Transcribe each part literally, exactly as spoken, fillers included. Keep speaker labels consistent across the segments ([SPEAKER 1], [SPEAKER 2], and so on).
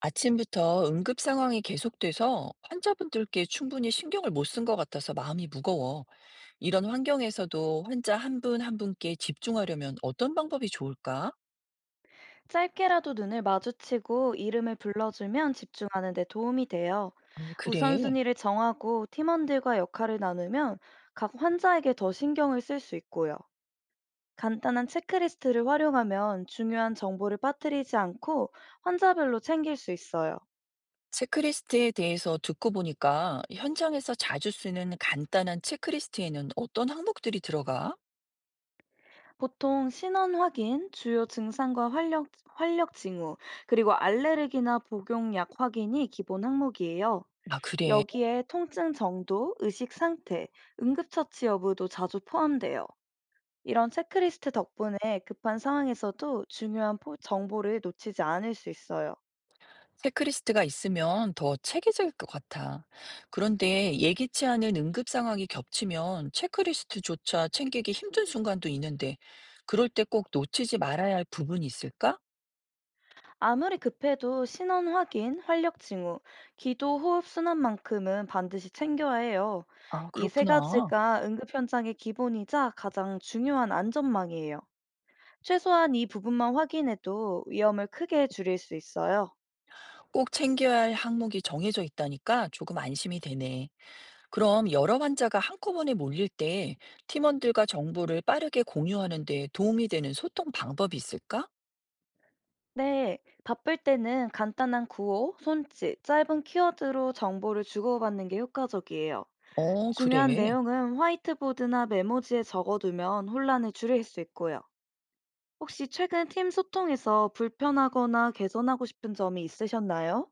[SPEAKER 1] 아침부터 응급 상황이 계속돼서 환자분들께 충분히 신경을 못 쓴 것 같아서 마음이 무거워. 이런 환경에서도 환자 한 분 한 분께 집중하려면 어떤 방법이 좋을까?
[SPEAKER 2] 짧게라도 눈을 마주치고 이름을 불러주면 집중하는 데 도움이 돼요.
[SPEAKER 1] 음, 그래.
[SPEAKER 2] 우선순위를 정하고 팀원들과 역할을 나누면 각 환자에게 더 신경을 쓸 수 있고요. 간단한 체크리스트를 활용하면 중요한 정보를 빠뜨리지 않고 환자별로 챙길 수 있어요.
[SPEAKER 1] 체크리스트에 대해서 듣고 보니까 현장에서 자주 쓰는 간단한 체크리스트에는 어떤 항목들이 들어가?
[SPEAKER 2] 보통 신원 확인, 주요 증상과 활력, 활력 징후, 그리고 알레르기나 복용약 확인이 기본 항목이에요.
[SPEAKER 1] 아, 그래.
[SPEAKER 2] 여기에 통증 정도, 의식 상태, 응급처치 여부도 자주 포함돼요. 이런 체크리스트 덕분에 급한 상황에서도 중요한 포- 정보를 놓치지 않을 수 있어요.
[SPEAKER 1] 체크리스트가 있으면 더 체계적일 것 같아. 그런데 예기치 않은 응급 상황이 겹치면 체크리스트조차 챙기기 힘든 순간도 있는데, 그럴 때 꼭 놓치지 말아야 할 부분이 있을까?
[SPEAKER 2] 아무리 급해도 신원 확인, 활력 징후, 기도, 호흡 순환만큼은 반드시 챙겨야 해요.
[SPEAKER 1] 아,
[SPEAKER 2] 이 세
[SPEAKER 1] 그렇구나.
[SPEAKER 2] 가지가 응급 현장의 기본이자 가장 중요한 안전망이에요. 최소한 이 부분만 확인해도 위험을 크게 줄일 수 있어요.
[SPEAKER 1] 꼭 챙겨야 할 항목이 정해져 있다니까 조금 안심이 되네. 그럼 여러 환자가 한꺼번에 몰릴 때 팀원들과 정보를 빠르게 공유하는 데 도움이 되는 소통 방법이 있을까?
[SPEAKER 2] 네, 바쁠 때는 간단한 구호, 손짓, 짧은 키워드로 정보를 주고받는 게 효과적이에요.
[SPEAKER 1] 어,
[SPEAKER 2] 중요한
[SPEAKER 1] 그래.
[SPEAKER 2] 내용은 화이트보드나 메모지에 적어두면 혼란을 줄일 수 있고요. 혹시 최근 팀 소통에서 불편하거나 개선하고 싶은 점이 있으셨나요?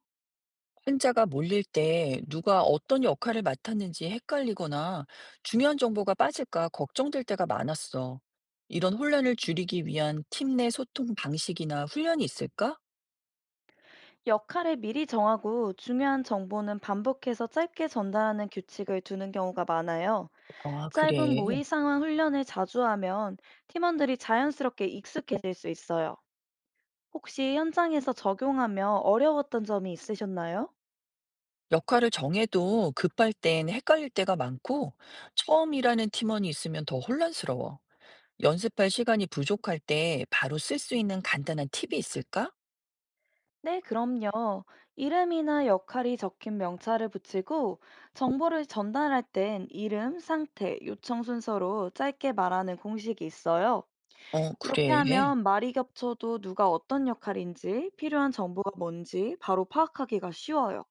[SPEAKER 1] 혼자가 몰릴 때 누가 어떤 역할을 맡았는지 헷갈리거나 중요한 정보가 빠질까 걱정될 때가 많았어. 이런 혼란을 줄이기 위한 팀 내 소통 방식이나 훈련이 있을까?
[SPEAKER 2] 역할을 미리 정하고 중요한 정보는 반복해서 짧게 전달하는 규칙을 두는 경우가 많아요.
[SPEAKER 1] 아,
[SPEAKER 2] 짧은
[SPEAKER 1] 그래.
[SPEAKER 2] 모의 상황 훈련을 자주 하면 팀원들이 자연스럽게 익숙해질 수 있어요. 혹시 현장에서 적용하며 어려웠던 점이 있으셨나요?
[SPEAKER 1] 역할을 정해도 급할 땐 헷갈릴 때가 많고 처음 일하는 팀원이 있으면 더 혼란스러워. 연습할 시간이 부족할 때 바로 쓸 수 있는 간단한 팁이 있을까?
[SPEAKER 2] 네, 그럼요. 이름이나 역할이 적힌 명찰을 붙이고 정보를 전달할 땐 이름, 상태, 요청 순서로 짧게 말하는 공식이 있어요.
[SPEAKER 1] 어,
[SPEAKER 2] 이렇게
[SPEAKER 1] 그래.
[SPEAKER 2] 하면 말이 겹쳐도 누가 어떤 역할인지, 필요한 정보가 뭔지 바로 파악하기가 쉬워요.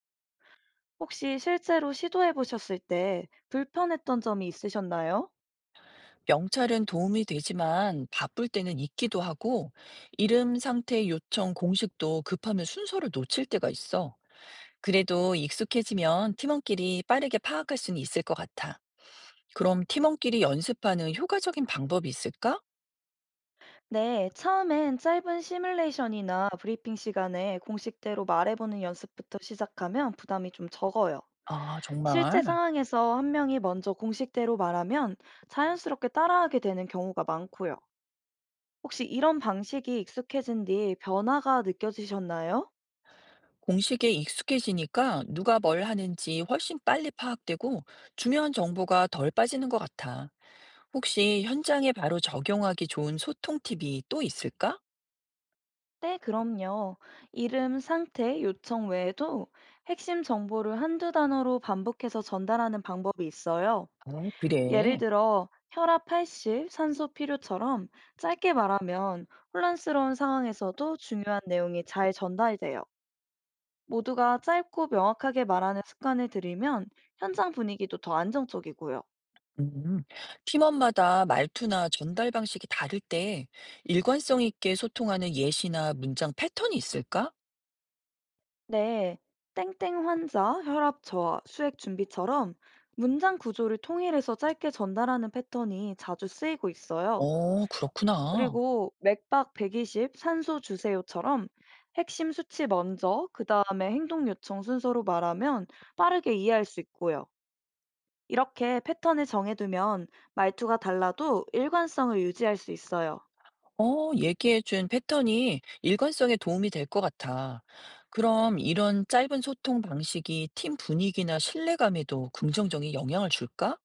[SPEAKER 2] 혹시 실제로 시도해 보셨을 때 불편했던 점이 있으셨나요?
[SPEAKER 1] 명찰은 도움이 되지만 바쁠 때는 잊기도 하고 이름 상태 요청 공식도 급하면 순서를 놓칠 때가 있어. 그래도 익숙해지면 팀원끼리 빠르게 파악할 수는 있을 것 같아. 그럼 팀원끼리 연습하는 효과적인 방법이 있을까?
[SPEAKER 2] 네, 처음엔 짧은 시뮬레이션이나 브리핑 시간에 공식대로 말해보는 연습부터 시작하면 부담이 좀 적어요.
[SPEAKER 1] 아,
[SPEAKER 2] 실제
[SPEAKER 1] 정말.
[SPEAKER 2] 상황에서 한 명이 먼저 공식대로 말하면 자연스럽게 따라하게 되는 경우가 많고요. 혹시 이런 방식이 익숙해진 뒤 변화가 느껴지셨나요?
[SPEAKER 1] 공식에 익숙해지니까 누가 뭘 하는지 훨씬 빨리 파악되고 중요한 정보가 덜 빠지는 것 같아. 혹시 현장에 바로 적용하기 좋은 소통 팁이 또 있을까?
[SPEAKER 2] 네, 그럼요. 이름, 상태, 요청 외에도 핵심 정보를 한두 단어로 반복해서 전달하는 방법이 있어요.
[SPEAKER 1] 어,
[SPEAKER 2] 예를
[SPEAKER 1] 그래.
[SPEAKER 2] 들어 혈압 팔십, 산소 필요처럼 짧게 말하면 혼란스러운 상황에서도 중요한 내용이 잘 전달돼요. 모두가 짧고 명확하게 말하는 습관을 들이면 현장 분위기도 더 안정적이고요.
[SPEAKER 1] 음, 팀원마다 말투나 전달 방식이 다를 때 일관성 있게 소통하는 예시나 문장 패턴이 있을까?
[SPEAKER 2] 네, 땡땡 환자, 혈압 저하, 수액 준비처럼 문장 구조를 통일해서 짧게 전달하는 패턴이 자주 쓰이고 있어요.
[SPEAKER 1] 어, 그렇구나.
[SPEAKER 2] 그리고 맥박 백이십 산소 주세요처럼 핵심 수치 먼저, 그 다음에 행동 요청 순서로 말하면 빠르게 이해할 수 있고요. 이렇게 패턴을 정해두면 말투가 달라도 일관성을 유지할 수 있어요.
[SPEAKER 1] 어, 얘기해준 패턴이 일관성에 도움이 될 것 같아. 그럼 이런 짧은 소통 방식이 팀 분위기나 신뢰감에도 긍정적인 영향을 줄까?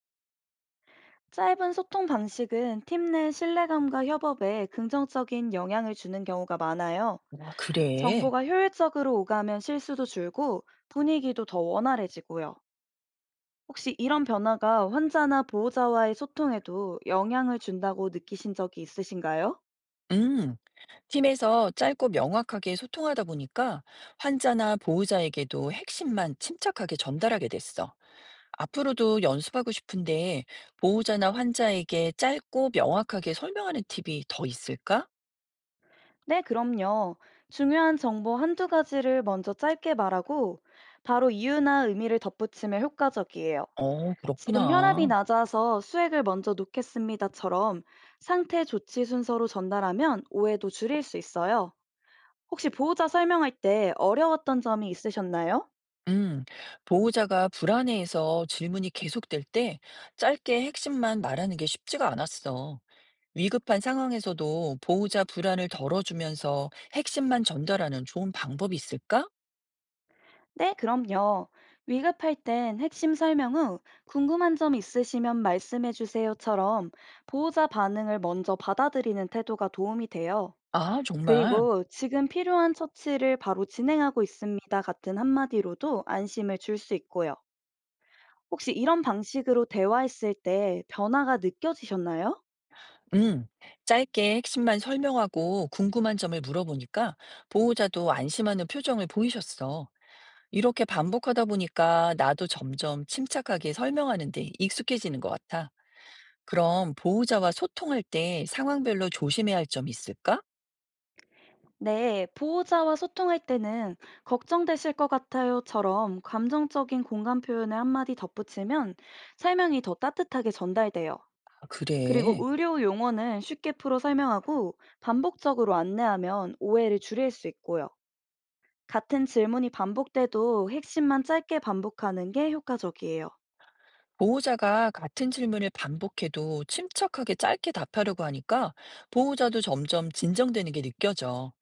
[SPEAKER 2] 짧은 소통 방식은 팀 내 신뢰감과 협업에 긍정적인 영향을 주는 경우가 많아요.
[SPEAKER 1] 아, 그래.
[SPEAKER 2] 정보가 효율적으로 오가면 실수도 줄고 분위기도 더 원활해지고요. 혹시 이런 변화가 환자나 보호자와의 소통에도 영향을 준다고 느끼신 적이 있으신가요?
[SPEAKER 1] 음, 팀에서 짧고 명확하게 소통하다 보니까 환자나 보호자에게도 핵심만 침착하게 전달하게 됐어. 앞으로도 연습하고 싶은데 보호자나 환자에게 짧고 명확하게 설명하는 팁이 더 있을까?
[SPEAKER 2] 네, 그럼요. 중요한 정보 한두 가지를 먼저 짧게 말하고 바로 이유나 의미를 덧붙이면 효과적이에요.
[SPEAKER 1] 어,
[SPEAKER 2] 지금 혈압이
[SPEAKER 1] 그렇구나.
[SPEAKER 2] 낮아서 수액을 먼저 놓겠습니다처럼 상태 조치 순서로 전달하면 오해도 줄일 수 있어요. 혹시 보호자 설명할 때 어려웠던 점이 있으셨나요?
[SPEAKER 1] 음, 보호자가 불안해해서 질문이 계속될 때 짧게 핵심만 말하는 게 쉽지가 않았어. 위급한 상황에서도 보호자 불안을 덜어주면서 핵심만 전달하는 좋은 방법이 있을까?
[SPEAKER 2] 네, 그럼요. 위급할 땐 핵심 설명 후 궁금한 점 있으시면 말씀해 주세요처럼 보호자 반응을 먼저 받아들이는 태도가 도움이 돼요.
[SPEAKER 1] 아, 정말.
[SPEAKER 2] 그리고 지금 필요한 처치를 바로 진행하고 있습니다 같은 한마디로도 안심을 줄 수 있고요. 혹시 이런 방식으로 대화했을 때 변화가 느껴지셨나요?
[SPEAKER 1] 음, 짧게 핵심만 설명하고 궁금한 점을 물어보니까 보호자도 안심하는 표정을 보이셨어. 이렇게 반복하다 보니까 나도 점점 침착하게 설명하는데 익숙해지는 것 같아. 그럼 보호자와 소통할 때 상황별로 조심해야 할 점이 있을까?
[SPEAKER 2] 네, 보호자와 소통할 때는 걱정되실 것 같아요처럼 감정적인 공감 표현을 한마디 덧붙이면 설명이 더 따뜻하게 전달돼요.
[SPEAKER 1] 아,
[SPEAKER 2] 그리고
[SPEAKER 1] 그래.
[SPEAKER 2] 의료 용어는 쉽게 풀어 설명하고 반복적으로 안내하면 오해를 줄일 수 있고요. 같은 질문이 반복돼도 핵심만 짧게 반복하는 게 효과적이에요.
[SPEAKER 1] 보호자가 같은 질문을 반복해도 침착하게 짧게 답하려고 하니까 보호자도 점점 진정되는 게 느껴져.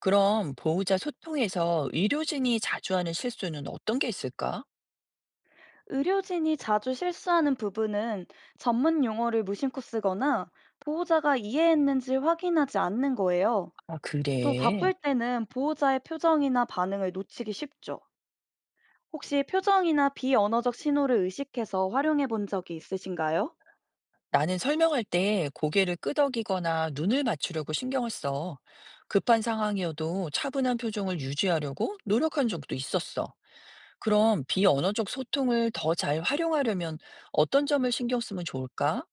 [SPEAKER 1] 그럼 보호자 소통에서 의료진이 자주 하는 실수는 어떤 게 있을까?
[SPEAKER 2] 의료진이 자주 실수하는 부분은 전문 용어를 무심코 쓰거나 보호자가 이해했는지 확인하지 않는 거예요.
[SPEAKER 1] 아,
[SPEAKER 2] 또
[SPEAKER 1] 그래.
[SPEAKER 2] 바쁠 때는 보호자의 표정이나 반응을 놓치기 쉽죠. 혹시 표정이나 비언어적 신호를 의식해서 활용해 본 적이 있으신가요?
[SPEAKER 1] 나는 설명할 때 고개를 끄덕이거나 눈을 맞추려고 신경을 써. 급한 상황이어도 차분한 표정을 유지하려고 노력한 적도 있었어. 그럼 비언어적 소통을 더 잘 활용하려면 어떤 점을 신경 쓰면 좋을까?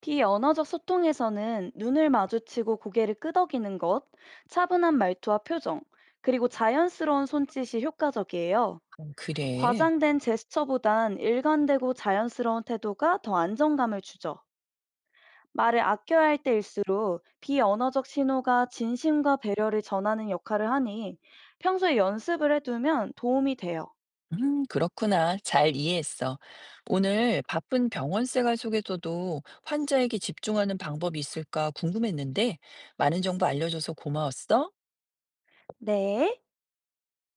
[SPEAKER 2] 비언어적 소통에서는 눈을 마주치고 고개를 끄덕이는 것, 차분한 말투와 표정, 그리고 자연스러운 손짓이 효과적이에요.
[SPEAKER 1] 음, 그래.
[SPEAKER 2] 과장된 제스처보단 일관되고 자연스러운 태도가 더 안정감을 주죠. 말을 아껴야 할 때일수록 비언어적 신호가 진심과 배려를 전하는 역할을 하니 평소에 연습을 해두면 도움이 돼요.
[SPEAKER 1] 음, 그렇구나. 잘 이해했어. 오늘 바쁜 병원 생활 속에서도 환자에게 집중하는 방법이 있을까 궁금했는데 많은 정보 알려줘서 고마웠어.
[SPEAKER 2] 네.